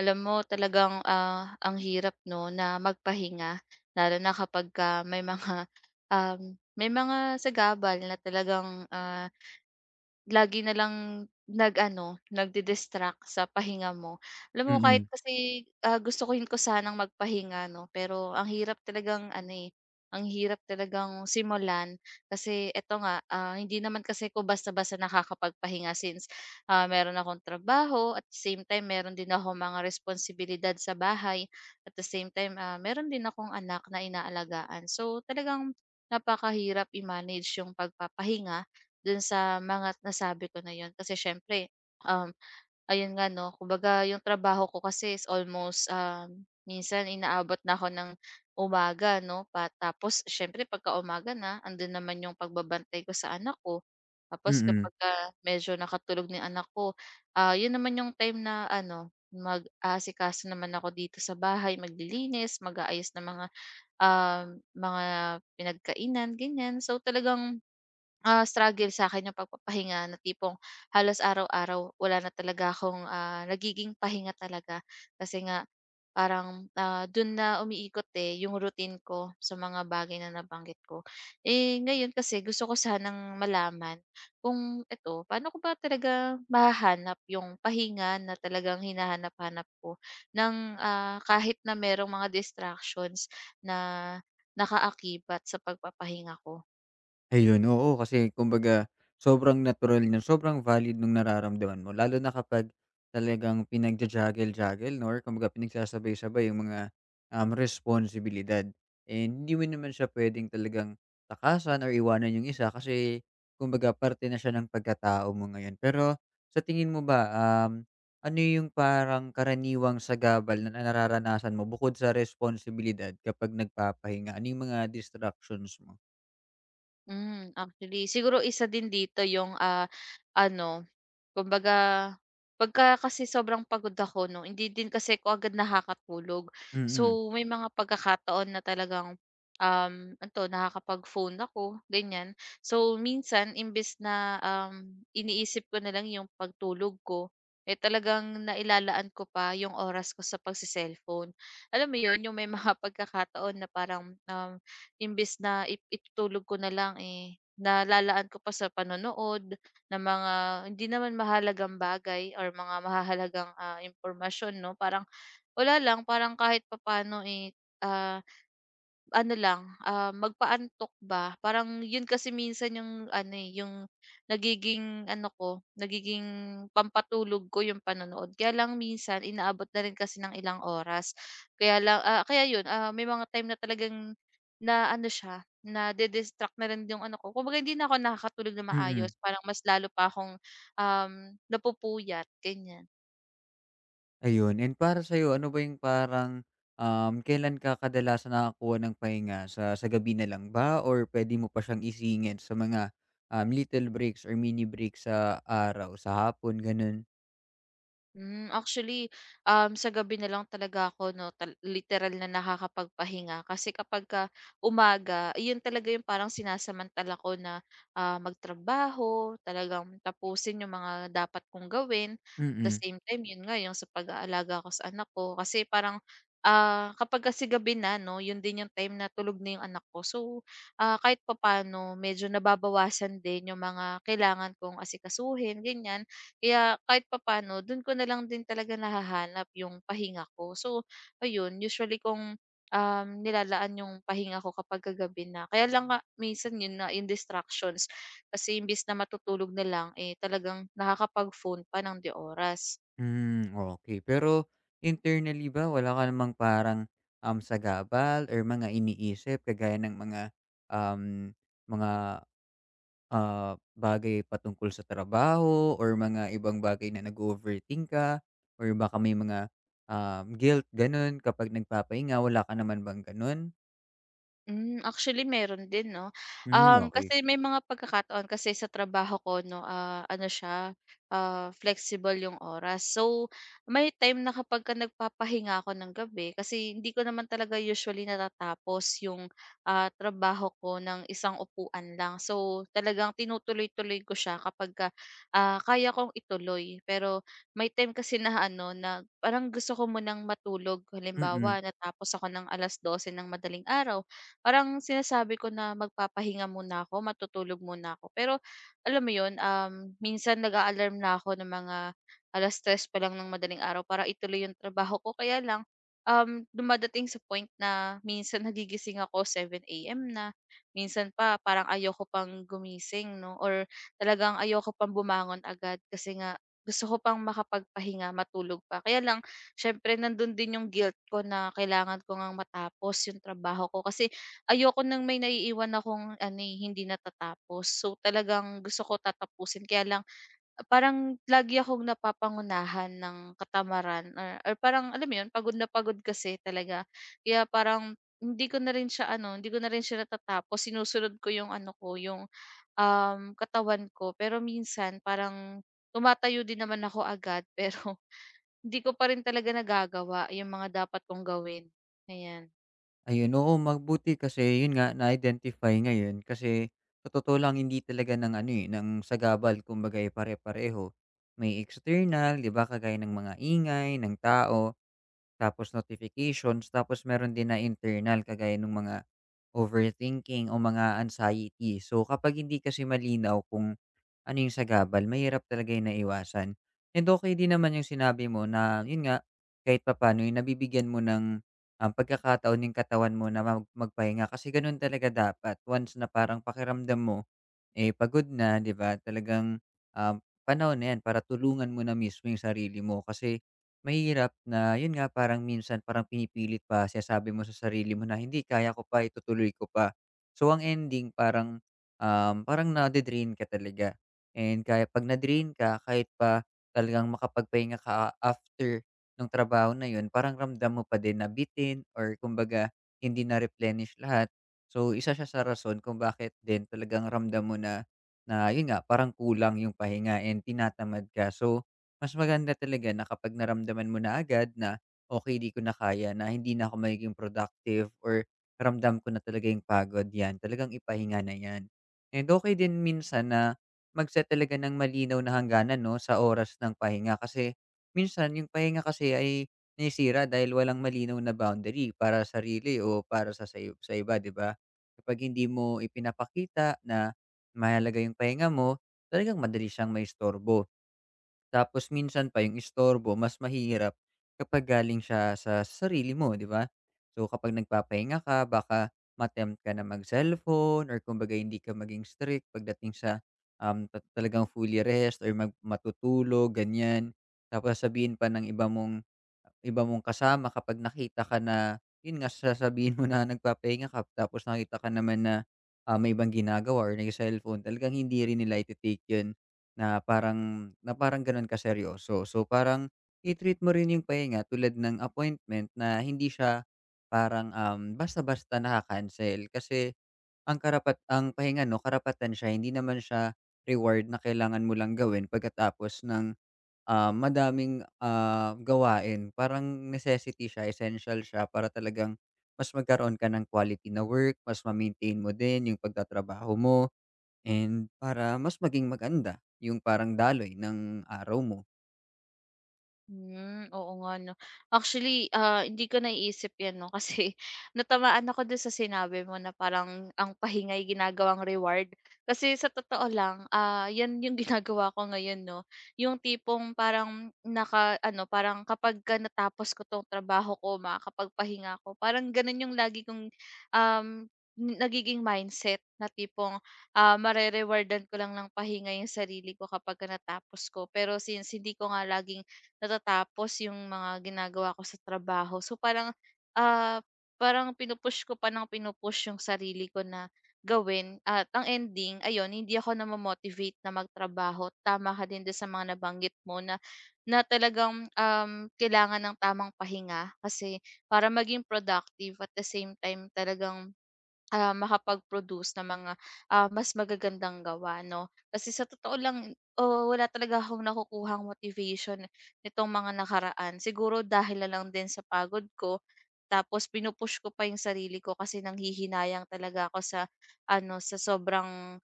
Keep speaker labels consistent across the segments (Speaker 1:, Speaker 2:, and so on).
Speaker 1: Alam mo talagang, ang hirap 'no na magpahinga lalo na kapagka may mga, may mga sagabal na talagang. Lagi na lang nag-ano, nagdi-distract sa pahinga mo. Alam mo kahit
Speaker 2: Mm,
Speaker 1: kasi, gusto ko rin ko sanang magpahinga 'no, pero ang hirap talagang ano, eh, ang hirap talagang simulan kasi eto nga, hindi naman kasi ako basta-basta nakakapagpahinga since, meron akong trabaho at the same time meron din akong mga responsibilidad sa bahay. At the same time, meron din akong anak na inaalagaan. So, talagang napakahirap i-manage yung pagpapahinga dun sa mga nasabi ko na yun kasi siyempre, um, ayun nga 'no kumbaga yung trabaho ko kasi is almost, minsan inaabot na ako ng umaga 'no pa tapos siyempre pagka-umaga na andun naman yung pagbabantay ko sa anak ko. Tapos
Speaker 2: mm.
Speaker 1: kapagka medyo nakatulog ni anak ko, yun naman yung time na ano mag-aasikaso naman ako dito sa bahay, maglilinis, mag-aayos ng mga, um, mga pinagkainan ganyan. So talagang struggle sa sa'kin yung pagpapahinga na tipong halos araw-araw wala na talaga akong, nagiging pahinga talaga. Kasi nga parang, dun na umiikot, eh, yung routine ko sa mga bagay na nabanggit ko. Eh, ngayon kasi gusto ko sanang malaman kung eto, paano ko ba talaga mahanap yung pahinga na talagang hinahanap-hanap ko ng, kahit na merong mga distractions na nakaakibat sa pagpapahinga ko?
Speaker 2: Ayun, oo kasi kumbaga sobrang natural niya, sobrang valid nung nararamdaman mo lalo na kapag talagang pinagja-juggle-juggle 'no or kumbaga pinagsasabay-sabay yung mga, responsibilidad. Eh, hindi mo naman siya puwedeng talagang takasan or iwanan yung isa kasi kumbaga parte na siya ng pagkatao mo ngayon. Pero sa tingin mo ba, ano yung parang karaniwang sagabal na nararanasan mo bukod sa responsibilidad kapag nagpapahinga? Ano yung mga distractions mo?
Speaker 1: Hmm, actually siguro isa din dito yung, ano kumbaga pagka kasi sobrang pagod ako 'no, hindi din kasi ko agad nakakatulog.
Speaker 2: Mm,
Speaker 1: So may mga pagkakataon na talagang, ano 'to nakakapag-phone ako ganyan. So minsan imbes na, iniisip ko na lang yung pagtulog ko, eh, talagang nailalaan ko pa yung oras ko sa pagse-cellphone. Alam mo yun, yung may mga pagkakataon na parang, imbes na itutulog ko na lang, eh, nalalaan ko pa sa panonood ng mga hindi naman mahalagang bagay or mga mahalagang impormasyon 'no. Parang wala lang, parang kahit papaano, eh, ah ano lang, magpaantok ba parang yun kasi minsan yung ano, eh, yung nagiging ano ko, nagiging pampatulog ko yung panonood. Kaya lang minsan inaabot na rin kasi ng ilang oras. Kaya lang kaya yun, may mga time na talagang na ano siya, na distract na rin yung ano ko. Kumbaga hindi na ako nakakatulog na
Speaker 2: mm.
Speaker 1: maayos, parang mas lalo pa akong, um, napupuyat, ganyan.
Speaker 2: Ayun, and para sa'yo ano ba yung parang, kailan ka kadalasan nakakakuha ng pahinga sa gabi na lang ba or puwede mo pa siyang isingit sa mga, little breaks or mini breaks sa araw, sa hapon gano'n?
Speaker 1: Hmm, actually, sa gabi na lang talaga ako 'no, literal na nakakapagpahinga. Kasi kapagka umaga, iyon talaga yung parang sinasamantala ko na, magtrabaho, talagang tapusin yung mga dapat kong gawin. At the
Speaker 2: Mm,
Speaker 1: same time, yun nga, yung sa pag-aalaga ko sa anak ko. Kasi parang, kapag kasi gabi na 'no, yun din yung time na tulog na yung anak ko. So, kahit papaano medyo nababawasan din yung mga kailangan kong asikasuhin, ganyan. Kaya kahit papano dun ko na lang din talaga nahahanap yung pahinga ko. So ayun, usually kung, nilalaan yung pahinga ko kapag gabi na. Kaya lang nga minsan yun na in distractions kasi imbis na matutulog na lang, eh, talagang nakakapag-phone pa ng 'di oras.
Speaker 2: hmm, okey. Pero internally ba wala ka namang parang, sagabal or mga iniisip kagaya ng um, mga bagay patungkol sa trabaho or mga ibang bagay na nag overthink ka or baka may mga, guilt gano'n kapag nagpapahinga, wala ka naman bang gano'n?
Speaker 1: Hmm, actually meron din 'no.
Speaker 2: Hmm, okey. Mm, okay.
Speaker 1: Kasi may mga pagkakataon kasi sa trabaho ko 'no, ano siya, flexible yung oras. So, may time na kapagka nagpapahinga ako ng gabi kasi hindi ko naman talaga usually natatapos yung, trabaho ko ng isang upuan lang. So, talagang tinutuloy-tuloy ko siya kapagka, kaya kong ituloy. Pero may time kasi na ano, na parang gusto ko munang matulog.
Speaker 2: Mm-mm.
Speaker 1: Halimbawa, natapos ako ng 12:00 ng madaling araw. Parang sinasabi ko na magpapahinga muna ako, matutulog muna ako. Pero alam mo 'yun, minsan nag-a-alarm na ako ng mga 3:00 pa lang ng madaling araw para ituloy 'yung trabaho ko. Kaya lang, dumadating sa point na minsan nagigising ako 7:00 AM na, minsan pa parang ayoko pang gumising 'no, or talagang ayoko pang bumangon agad kasi nga gusto ko pang makapagpahinga, matulog pa. Kaya lang siyempre nandun din 'yung guilt ko na kailangan ko ngang matapos 'yung trabaho ko kasi ayoko ng may naiiwan akong ano, eh, hindi natatapos. So, talagang gusto ko tatapusin kaya lang parang lagi akong napapangunahan ng katamaran or parang alam mo 'yun, pagod na pagod kasi talaga. Kaya parang hindi ko na rin siya ano, hindi ko na rin siya natatapos. Sinusunod ko 'yung ano ko, 'yung, katawan ko. Pero minsan parang tumatayo din naman ako agad pero hindi ko pa rin talaga nagagawa 'yung mga dapat kong gawin, ayan.
Speaker 2: Ayun, oo magbuti kasi yun nga na-identify ngayon kasi sa totoo lang hindi talaga ng ano, eh, ng sagabal kumbaga, eh, pare-pareho. May external, 'di ba, kagaya ng mga ingay ng tao. Tapos notifications, tapos meron din na internal kagaya ng mga overthinking o mga anxiety. So kapag hindi kasi malinaw kung ano yung sagabal, mahirap talaga yung naiwasan. And okay din naman yung sinabi mo na yun nga, kahit papano, yung nabibigyan mo ng, pagkakataon yung katawan mo na mag magpahinga kasi ganun talaga dapat once na parang pakiramdam mo, eh, pagod na, 'di ba? Talagang, um, panahon na yan para tulungan mo na mismo yung sarili mo kasi mahirap na yun nga parang minsan parang pinipilit pa, sinasabi mo sa sarili mo na, "Hindi kaya ko pa, itutuloy ko pa." So ang ending parang nade-drain ka talaga and kaya 'pag na-drain ka kahit pa talagang makapagpahinga ka after ng trabaho na yun, parang ramdam mo pa din na bitin or kumbaga hindi na-replenish lahat. So isa siya sa rason kung bakit din talagang ramdam mo na na yun nga, parang kulang yung pahinga and tinatamad ka. So mas maganda talaga na kapag naramdaman mo na agad na, "Okay, 'di ko na kaya na hindi na ako magiging productive or ramdam ko na talaga yung pagod." 'Yan, talagang ipahinga na 'yan. And okay din minsan na mag-set talaga ng malinaw na hangganan 'no, sa oras ng pahinga kasi minsan yung pahinga kasi ay nasisira dahil walang malinaw na boundary para sa sarili o para sa sayo sa iba, 'di ba? Kapag hindi mo ipinapakita na mahalaga yung pahinga mo, talagang madali siyang maistorbo. Tapos minsan pa yung istorbo mas mahirap kapag galing siya sa sarili mo, 'di ba? So kapag nagpapahinga ka baka ma ka na mag-cellphone or kumbaga hindi ka maging strict pagdating sa, um, ta talagang fully rest or matutulog, ganyan. Tapos sasabihin pa ng iba mong kasama kapag nakita ka na, yun nga, sasabihin mo na nagpapahinga ka tapos nakita ka naman na, may ibang ginagawa or nagse-cellphone, talagang hindi rin nila ite-take yun na parang gano'n kaseryoso. So, parang i-treat mo rin yung pahinga tulad ng appointment na hindi siya parang, basta-basta naka-cancel. Kasi ang pahinga 'no, karapatan siya, hindi naman siya reward na kailangan mo lang gawin pagkatapos ng, madaming, gawain. Parang necessity siya, essential siya para talagang mas magkaroon ka ng quality na work, mas ma-maintain mo din yung pagtatrabaho mo. And para mas maging maganda yung parang daloy ng araw mo.
Speaker 1: Hmm, oo nga 'no. Actually, hindi ko naiisip 'yan 'no kasi natamaan ako do'n sa sinabi mo na parang ang pahingay ginagawang reward. Kasi sa totoo lang, 'yan yung ginagawa ko ngayon 'no, yung tipong parang naka-ano, parang kapagka natapos ko 'tong trabaho ko, makakapagpahinga ko parang gano'n yung lagi kong, um, nagiging mindset na tipong, marerewardan ko lang ng pahinga yung sarili ko kapagka natapos ko. Pero since hindi ko nga laging natatapos yung mga ginagawa ko sa trabaho. So parang, ah, parang pinupush ko pa ng pinupush yung sarili ko na gawin. At ang ending, ayun, hindi ako na-motivate na magtrabaho. Tama ka din doon sa mga nabanggit mo na, na talagang kailangan ng tamang pahinga kasi para maging productive at the same time talagang makapag-produce ng mga, mas magagandang gawa 'no. Kasi sa totoo lang, oo, wala talaga akong nakukuhang motivation nitong mga nakaraan. Siguro dahil na lang din sa pagod ko, tapos pinupush ko pa yung sarili ko kasi nanghihinayang talaga ako sa ano, sa sobrang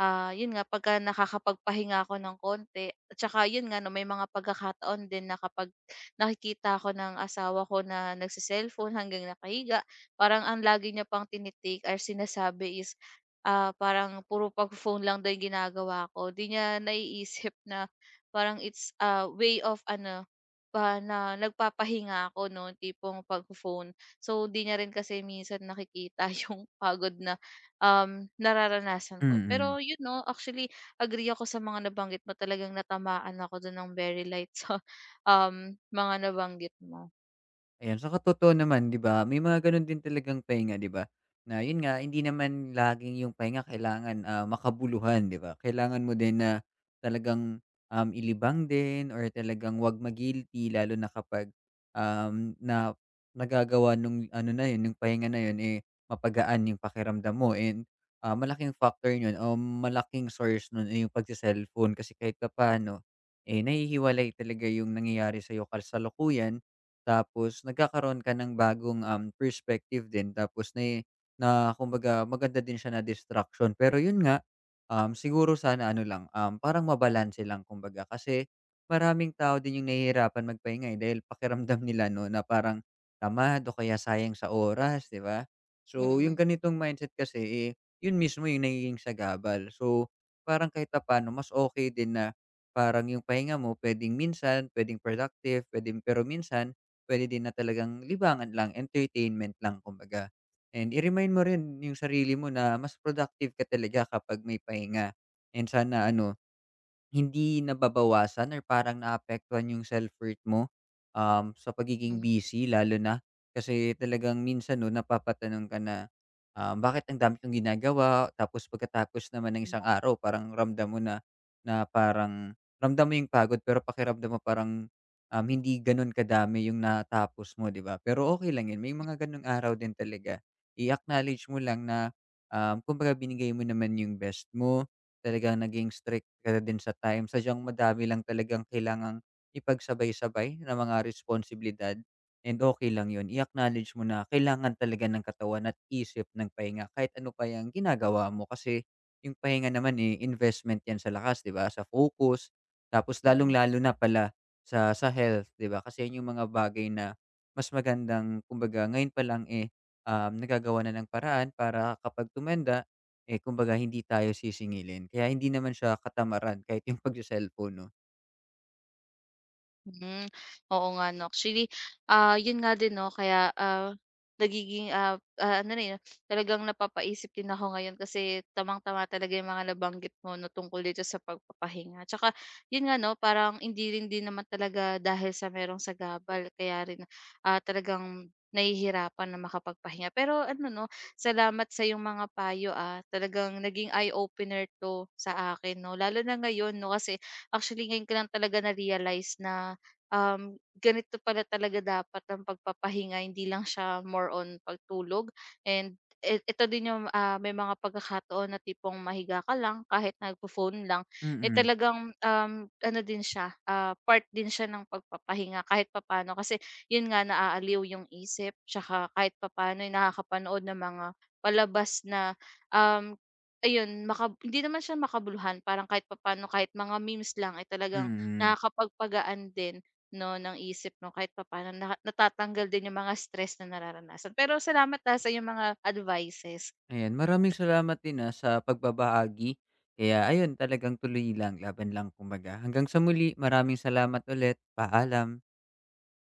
Speaker 1: Yun nga pagka nakakapagpahinga ako ng konti at saka yun nga 'no, may mga pagkakataon din na kapag nakikita ako ng asawa ko na nagse hanggang nakahiga, parang ang lagi niya pang tini or sinasabi is, parang puro pagfo-phone lang daw yung ginagawa ko. 'Di niya naiisip na parang it's a way of ano, pa na nagpapahinga ako 'no, tipong pagfo-phone. So, 'di niya rin kasi minsan nakikita yung pagod na nararanasan ko.
Speaker 2: Mm.
Speaker 1: Pero you know actually agree ako sa mga nabanggit mo, talagang natamaan ako dun ng very light sa, mga nabanggit mo.
Speaker 2: Ayan, sa totoo naman 'di ba, may mga gano'n din talagang pahinga 'di ba, na 'yun nga hindi naman laging yung pahinga kailangan, makabuluhan 'di ba? Kailangan mo din na talagang, ilibang din or talagang 'wag lalo na kapag, na nagagawa nung ano na 'yun, nung pahinga na 'yun, eh, mapagaan yung pakiramdam mo and, malaking factor nun o malaking source nun, eh, yung pagse-cellphone kasi kahit papaano, eh, nahihiwalay talaga yung nangyayari sa'yo kasalukuyan tapos nagkakaroon ka ng bagong, perspective din tapos na na kumbaga maganda din siya na distraction. Pero yun nga, siguro sana ano lang, parang mabalanse lang kumbaga kasi maraming tao din yung nahihirapan magpahinga, eh, dahil pakiramdam nila 'no na parang tamad o kaya sayang sa oras, 'di ba? So yung
Speaker 1: Mm,
Speaker 2: ganitong mindset kasi, eh, yun mismo yung nagiging sagabal. So parang kahit papaano mas okay din na parang yung pahinga mo puwedeng minsan, puwedeng productive, puwedeng pero minsan. Puwede din na talagang libangan lang, entertainment lang kumbaga. And i-remind mo rin yung sarili mo na mas productive ka talaga kapag may pahinga and sana ano hindi nababawasan or parang naapektuhan yung self-worth mo, sa pagiging
Speaker 1: mm.
Speaker 2: busy lalo na? Kasi talagang minsan 'no, napapatanong ka na, "Bakit ang dami kong ginagawa?" Tapos pagkatapos naman ng isang araw parang ramdam mo na na parang ramdam mo yung pagod pero pakiramdam mo parang, hindi gano'n kadami yung natapos mo, 'di ba? Pero okay lang 'yun, may mga gano'ng araw din talaga. I-acknowledge mo lang na, kumbaga binigay mo naman yung best mo. Talagang naging strict ka na din sa time, sadyang madami lang talagang kailangang ipagsabay-sabay na mga responsibilidad and okay lang 'yun. I-acknowledge mo na kailangan talaga ng katawan at isip ng pahinga kahit ano pa 'yang ginagawa mo kasi yung pahinga naman, eh, investment 'yan sa lakas, 'di ba, sa focus, tapos
Speaker 1: Mm.
Speaker 2: lalong-lalo na pala sa health, 'di ba? Kasi 'yun yung mga bagay na mas magandang kumbaga ngayon pa lang, eh, nagagawan na ng paraan para kapag tumenda eh, kumbaga hindi tayo sisingilin kaya hindi naman siya katamaran kahit yung pagse-cellphone 'no.
Speaker 1: Hmm, oo nga 'no. Actually, yun nga din 'no kaya, nagiging, ano na, eh, talagang napapaisip din ako ngayon kasi tamang-tama talaga yung mga nabanggit mo 'no tungkol dito sa pagpapahinga. Tsaka yun nga 'no, parang hindi rin din naman talaga dahil sa merong sagabal kaya rin, talagang nahihirapan na makapagpahinga. Pero ano 'no, salamat sa yung mga payo, talagang naging eye-opener 'to sa akin 'no, lalo na ngayon 'no kasi actually ngayon ko lang talaga na-realize na ganito pala talaga dapat ang pagpapahinga, hindi lang siya more on pagtulog and ito din yung, may mga pagkakataon na tipong mahiga ka lang kahit nagpo-phone lang, eh,
Speaker 2: Mm,
Speaker 1: talagang, ano din siya, part din siya ng pagpapahinga kahit papaano kasi yun nga naaaliw yung isip tsaka kahit papaano, eh, nakakapanood ng mga palabas na, um, ayun maka hindi naman siya makabuluhan parang kahit papaano kahit mga memes lang ay talagang
Speaker 2: mm.
Speaker 1: nakakapagpagaan din 'no, ng isip 'no, kahit papaano na natatanggal din yung mga stress na nararanasan. Pero salamat, sa iyong mga advices.
Speaker 2: Ayan, maraming salamat din, ah, sa pagbabahagi. Kaya ayun, talagang tuloy lang, laban lang kumbaga. Hanggang sa muli, maraming salamat ulit. Paalam.